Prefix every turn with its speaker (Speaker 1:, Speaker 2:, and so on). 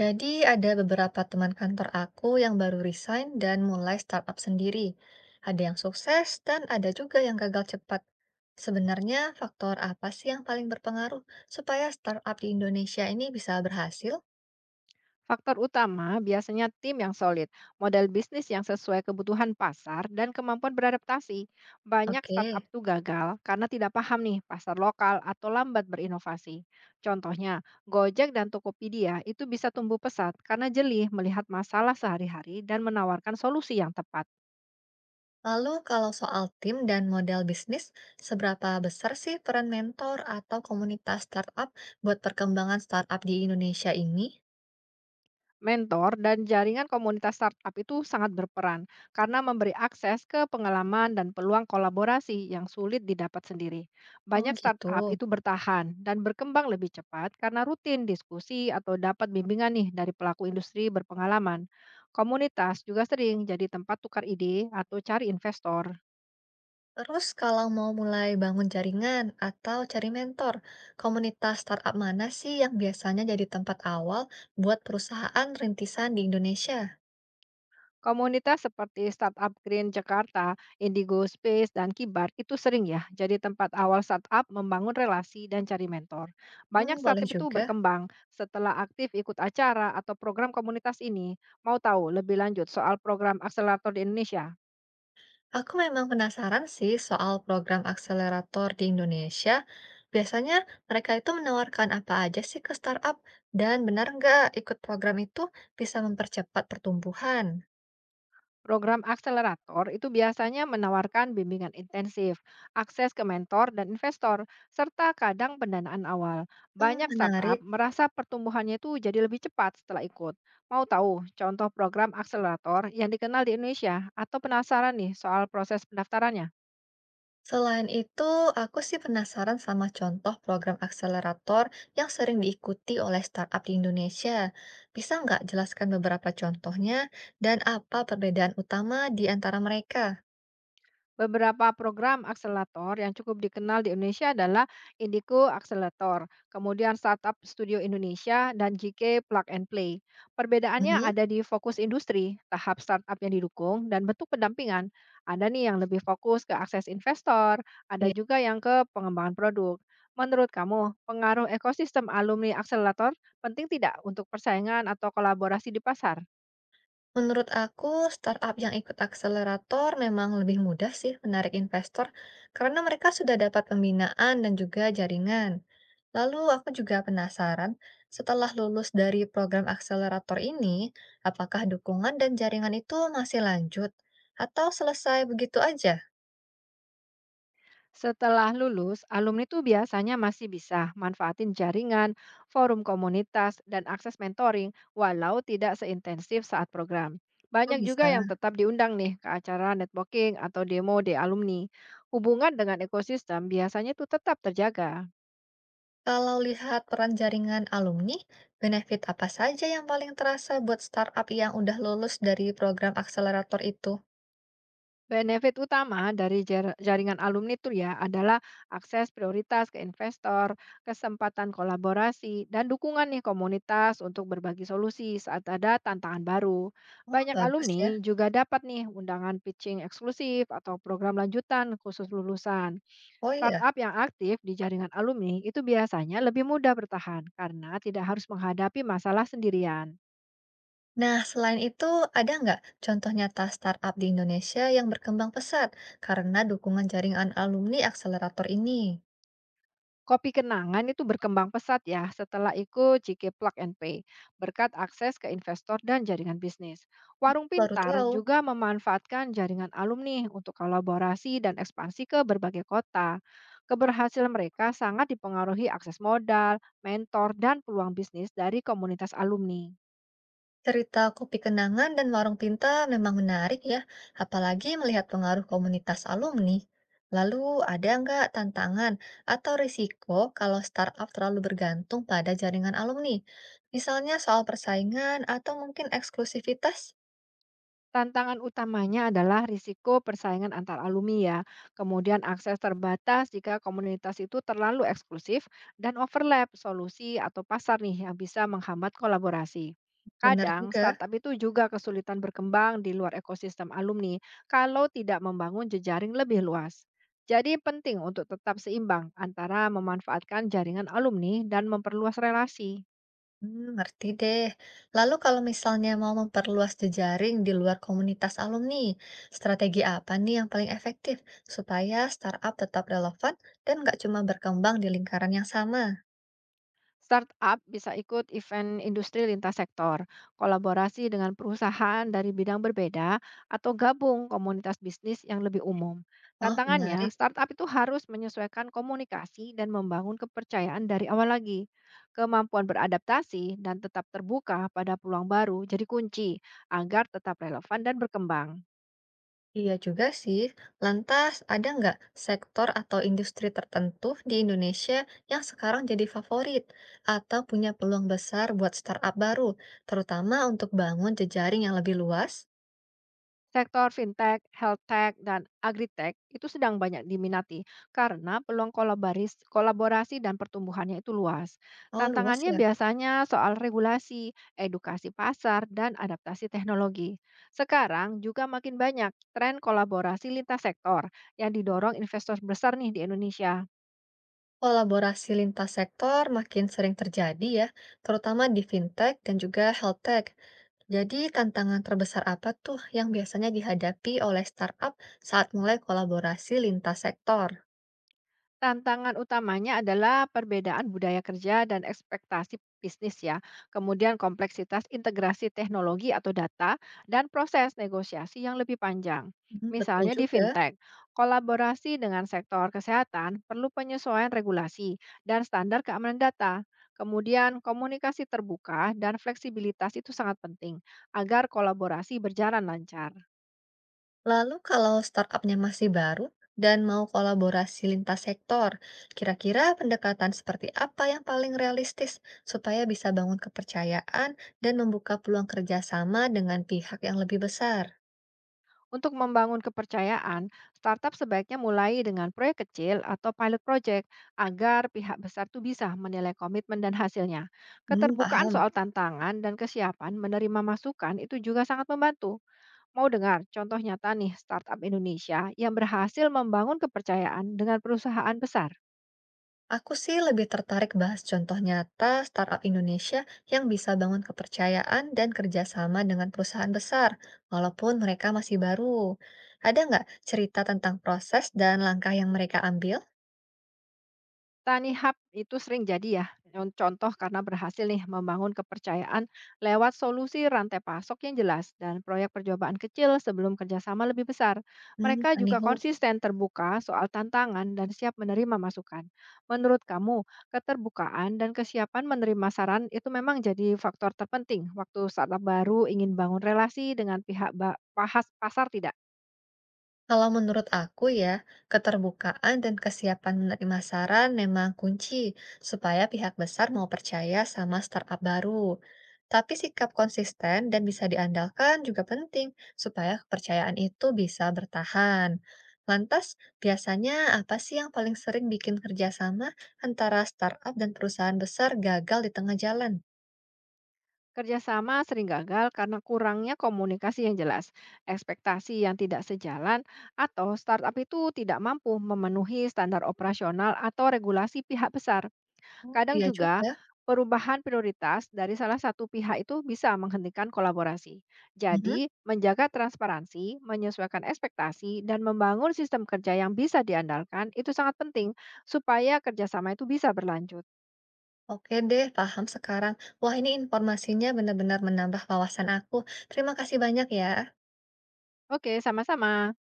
Speaker 1: Jadi ada beberapa teman kantor aku yang baru resign dan mulai startup sendiri. Ada yang sukses dan ada juga yang gagal cepat. Sebenarnya faktor apa sih yang paling berpengaruh supaya startup di Indonesia ini bisa berhasil?
Speaker 2: Faktor utama biasanya tim yang solid, model bisnis yang sesuai kebutuhan pasar, dan kemampuan beradaptasi. Banyak startup
Speaker 1: Oke.
Speaker 2: tuh gagal karena tidak paham nih pasar lokal atau lambat berinovasi. Contohnya, Gojek dan Tokopedia itu bisa tumbuh pesat karena jeli melihat masalah sehari-hari dan menawarkan solusi yang tepat.
Speaker 1: Lalu kalau soal tim dan model bisnis, seberapa besar sih peran mentor atau komunitas startup buat perkembangan startup di Indonesia ini?
Speaker 2: Mentor dan jaringan komunitas startup itu sangat berperan karena memberi akses ke pengalaman dan peluang kolaborasi yang sulit didapat sendiri.
Speaker 1: Oh
Speaker 2: Banyak
Speaker 1: gitu.
Speaker 2: startup itu bertahan dan berkembang lebih cepat karena rutin diskusi atau dapat bimbingan nih dari pelaku industri berpengalaman. Komunitas juga sering jadi tempat tukar ide atau cari investor.
Speaker 1: Terus kalau mau mulai bangun jaringan atau cari mentor, komunitas startup mana sih yang biasanya jadi tempat awal buat perusahaan rintisan di Indonesia?
Speaker 2: Komunitas seperti Startup Green Jakarta, Indigo Space, dan Kibar itu sering ya jadi tempat awal startup membangun relasi dan cari mentor. Banyak
Speaker 1: Hmm, boleh
Speaker 2: startup itu
Speaker 1: juga.
Speaker 2: berkembang setelah aktif ikut acara atau program komunitas ini. Mau tahu lebih lanjut soal program akselerator di Indonesia?
Speaker 1: Aku memang penasaran sih soal program akselerator di Indonesia. Biasanya mereka itu menawarkan apa aja sih ke startup, dan benar nggak ikut program itu bisa mempercepat pertumbuhan?
Speaker 2: Program akselerator itu biasanya menawarkan bimbingan intensif, akses ke mentor dan investor, serta kadang pendanaan awal.
Speaker 1: Hmm,
Speaker 2: Banyak startup
Speaker 1: menarik.
Speaker 2: merasa pertumbuhannya itu jadi lebih cepat setelah ikut. Mau tahu contoh program akselerator yang dikenal di Indonesia atau penasaran nih soal proses pendaftarannya?
Speaker 1: Selain itu, aku sih penasaran sama contoh program akselerator yang sering diikuti oleh startup di Indonesia. Bisa nggak jelaskan beberapa contohnya dan apa perbedaan utama di antara mereka?
Speaker 2: Beberapa program akselerator yang cukup dikenal di Indonesia adalah Indico Accelerator, kemudian Startup Studio Indonesia, dan GK Plug and Play. Perbedaannya
Speaker 1: Mhm.
Speaker 2: ada di fokus industri, tahap startup yang didukung, dan bentuk pendampingan. Ada nih yang lebih fokus ke akses investor, ada
Speaker 1: Iya.
Speaker 2: juga yang ke pengembangan produk. Menurut kamu, pengaruh ekosistem alumni akselerator penting tidak untuk persaingan atau kolaborasi di pasar?
Speaker 1: Menurut aku, startup yang ikut akselerator memang lebih mudah sih menarik investor karena mereka sudah dapat pembinaan dan juga jaringan. Lalu aku juga penasaran, setelah lulus dari program akselerator ini, apakah dukungan dan jaringan itu masih lanjut atau selesai begitu aja?
Speaker 2: Setelah lulus, alumni tuh biasanya masih bisa manfaatin jaringan, forum komunitas, dan akses mentoring walau tidak seintensif saat program.
Speaker 1: Oh
Speaker 2: Banyak juga yang
Speaker 1: bisa.
Speaker 2: tetap diundang nih ke acara networking atau demo di alumni. Hubungan dengan ekosistem biasanya tuh tetap terjaga.
Speaker 1: Kalau lihat peran jaringan alumni, benefit apa saja yang paling terasa buat startup yang udah lulus dari program akselerator itu?
Speaker 2: Benefit utama dari jaringan alumni itu ya adalah akses prioritas ke investor, kesempatan kolaborasi, dan dukungan nih komunitas untuk berbagi solusi saat ada tantangan baru.
Speaker 1: Oh,
Speaker 2: Banyak
Speaker 1: bagus ya.
Speaker 2: alumni juga dapat nih undangan pitching eksklusif atau program lanjutan khusus lulusan.
Speaker 1: Oh iya.
Speaker 2: Startup yang aktif di jaringan alumni itu biasanya lebih mudah bertahan karena tidak harus menghadapi masalah sendirian.
Speaker 1: Nah, selain itu, ada nggak contoh nyata startup di Indonesia yang berkembang pesat karena dukungan jaringan alumni akselerator ini?
Speaker 2: Kopi Kenangan itu berkembang pesat ya setelah ikut Ciki Plug and Pay, berkat akses ke investor dan jaringan bisnis. Warung
Speaker 1: Baru
Speaker 2: Pintar
Speaker 1: tahu,
Speaker 2: juga memanfaatkan jaringan alumni untuk kolaborasi dan ekspansi ke berbagai kota. Keberhasilan mereka sangat dipengaruhi akses modal, mentor, dan peluang bisnis dari komunitas alumni.
Speaker 1: cerita Kopi Kenangan dan Warung Pinta memang menarik ya, apalagi melihat pengaruh komunitas alumni. Lalu, ada nggak tantangan atau risiko kalau startup terlalu bergantung pada jaringan alumni? Misalnya soal persaingan atau mungkin eksklusivitas?
Speaker 2: Tantangan utamanya adalah risiko persaingan antar alumni ya, kemudian akses terbatas jika komunitas itu terlalu eksklusif dan overlap solusi atau pasar nih yang bisa menghambat kolaborasi.
Speaker 1: Benar
Speaker 2: Kadang
Speaker 1: juga.
Speaker 2: startup itu juga kesulitan berkembang di luar ekosistem alumni kalau tidak membangun jejaring lebih luas. Jadi penting untuk tetap seimbang antara memanfaatkan jaringan alumni dan memperluas relasi.
Speaker 1: Hmm, ngerti deh. Lalu kalau misalnya mau memperluas jejaring di luar komunitas alumni, strategi apa nih yang paling efektif supaya startup tetap relevan dan nggak cuma berkembang di lingkaran yang sama?
Speaker 2: Startup bisa ikut event industri lintas sektor, kolaborasi dengan perusahaan dari bidang berbeda, atau gabung komunitas bisnis yang lebih umum.
Speaker 1: Oh,
Speaker 2: Tantangannya,
Speaker 1: menarik.
Speaker 2: startup itu harus menyesuaikan komunikasi dan membangun kepercayaan dari awal lagi. Kemampuan beradaptasi dan tetap terbuka pada peluang baru jadi kunci agar tetap relevan dan berkembang.
Speaker 1: Iya juga sih. Lantas, ada nggak sektor atau industri tertentu di Indonesia yang sekarang jadi favorit atau punya peluang besar buat startup baru, terutama untuk bangun jejaring yang lebih luas?
Speaker 2: Sektor fintech, health tech, dan agritech itu sedang banyak diminati karena peluang kolaborasi dan pertumbuhannya itu luas.
Speaker 1: Oh, luas
Speaker 2: Tantangannya
Speaker 1: ya.
Speaker 2: biasanya soal regulasi, edukasi pasar, dan adaptasi teknologi. Sekarang juga makin banyak tren kolaborasi lintas sektor yang didorong investor besar nih di Indonesia.
Speaker 1: Kolaborasi lintas sektor makin sering terjadi ya, terutama di fintech dan juga health tech. Jadi, tantangan terbesar apa tuh yang biasanya dihadapi oleh startup saat mulai kolaborasi lintas sektor?
Speaker 2: Tantangan utamanya adalah perbedaan budaya kerja dan ekspektasi bisnis ya, kemudian kompleksitas integrasi teknologi atau data, dan proses negosiasi yang lebih panjang.
Speaker 1: Mhm. Betul
Speaker 2: Misalnya di
Speaker 1: juga.
Speaker 2: fintech, kolaborasi dengan sektor kesehatan perlu penyesuaian regulasi dan standar keamanan data. Kemudian komunikasi terbuka dan fleksibilitas itu sangat penting agar kolaborasi berjalan lancar.
Speaker 1: Lalu kalau startupnya masih baru dan mau kolaborasi lintas sektor, kira-kira pendekatan seperti apa yang paling realistis supaya bisa bangun kepercayaan dan membuka peluang kerjasama dengan pihak yang lebih besar?
Speaker 2: Untuk membangun kepercayaan, startup sebaiknya mulai dengan proyek kecil atau pilot project agar pihak besar tuh bisa menilai komitmen dan hasilnya.
Speaker 1: Hmm,
Speaker 2: Keterbukaan
Speaker 1: paham?
Speaker 2: soal tantangan dan kesiapan menerima masukan itu juga sangat membantu. Mau dengar contoh nyata nih startup Indonesia yang berhasil membangun kepercayaan dengan perusahaan besar?
Speaker 1: Aku sih lebih tertarik bahas contoh nyata startup Indonesia yang bisa bangun kepercayaan dan kerjasama dengan perusahaan besar, walaupun mereka masih baru. Ada nggak cerita tentang proses dan langkah yang mereka ambil?
Speaker 2: Tani Hub itu sering jadi ya, contoh karena berhasil nih membangun kepercayaan lewat solusi rantai pasok yang jelas dan proyek percobaan kecil sebelum kerjasama lebih besar.
Speaker 1: Hmm,
Speaker 2: Mereka juga
Speaker 1: Aniho.
Speaker 2: konsisten terbuka soal tantangan dan siap menerima masukan. Menurut kamu, keterbukaan dan kesiapan menerima saran itu memang jadi faktor terpenting waktu startup baru ingin bangun relasi dengan pihak pahas pasar tidak?
Speaker 1: Kalau menurut aku ya, keterbukaan dan kesiapan menerima saran memang kunci supaya pihak besar mau percaya sama startup baru. Tapi sikap konsisten dan bisa diandalkan juga penting supaya kepercayaan itu bisa bertahan. Lantas, biasanya apa sih yang paling sering bikin kerjasama antara startup dan perusahaan besar gagal di tengah jalan?
Speaker 2: Kerjasama sering gagal karena kurangnya komunikasi yang jelas, ekspektasi yang tidak sejalan, atau startup itu tidak mampu memenuhi standar operasional atau regulasi pihak besar.
Speaker 1: Oh,
Speaker 2: Kadang
Speaker 1: iya
Speaker 2: juga
Speaker 1: juga.
Speaker 2: perubahan prioritas dari salah satu pihak itu bisa menghentikan kolaborasi.
Speaker 1: Mhm.
Speaker 2: Jadi, menjaga transparansi, menyesuaikan ekspektasi, dan membangun sistem kerja yang bisa diandalkan itu sangat penting supaya kerjasama itu bisa berlanjut.
Speaker 1: Oke deh, paham sekarang. Wah, ini informasinya benar-benar menambah wawasan aku. Terima kasih banyak ya.
Speaker 2: Oke, sama-sama.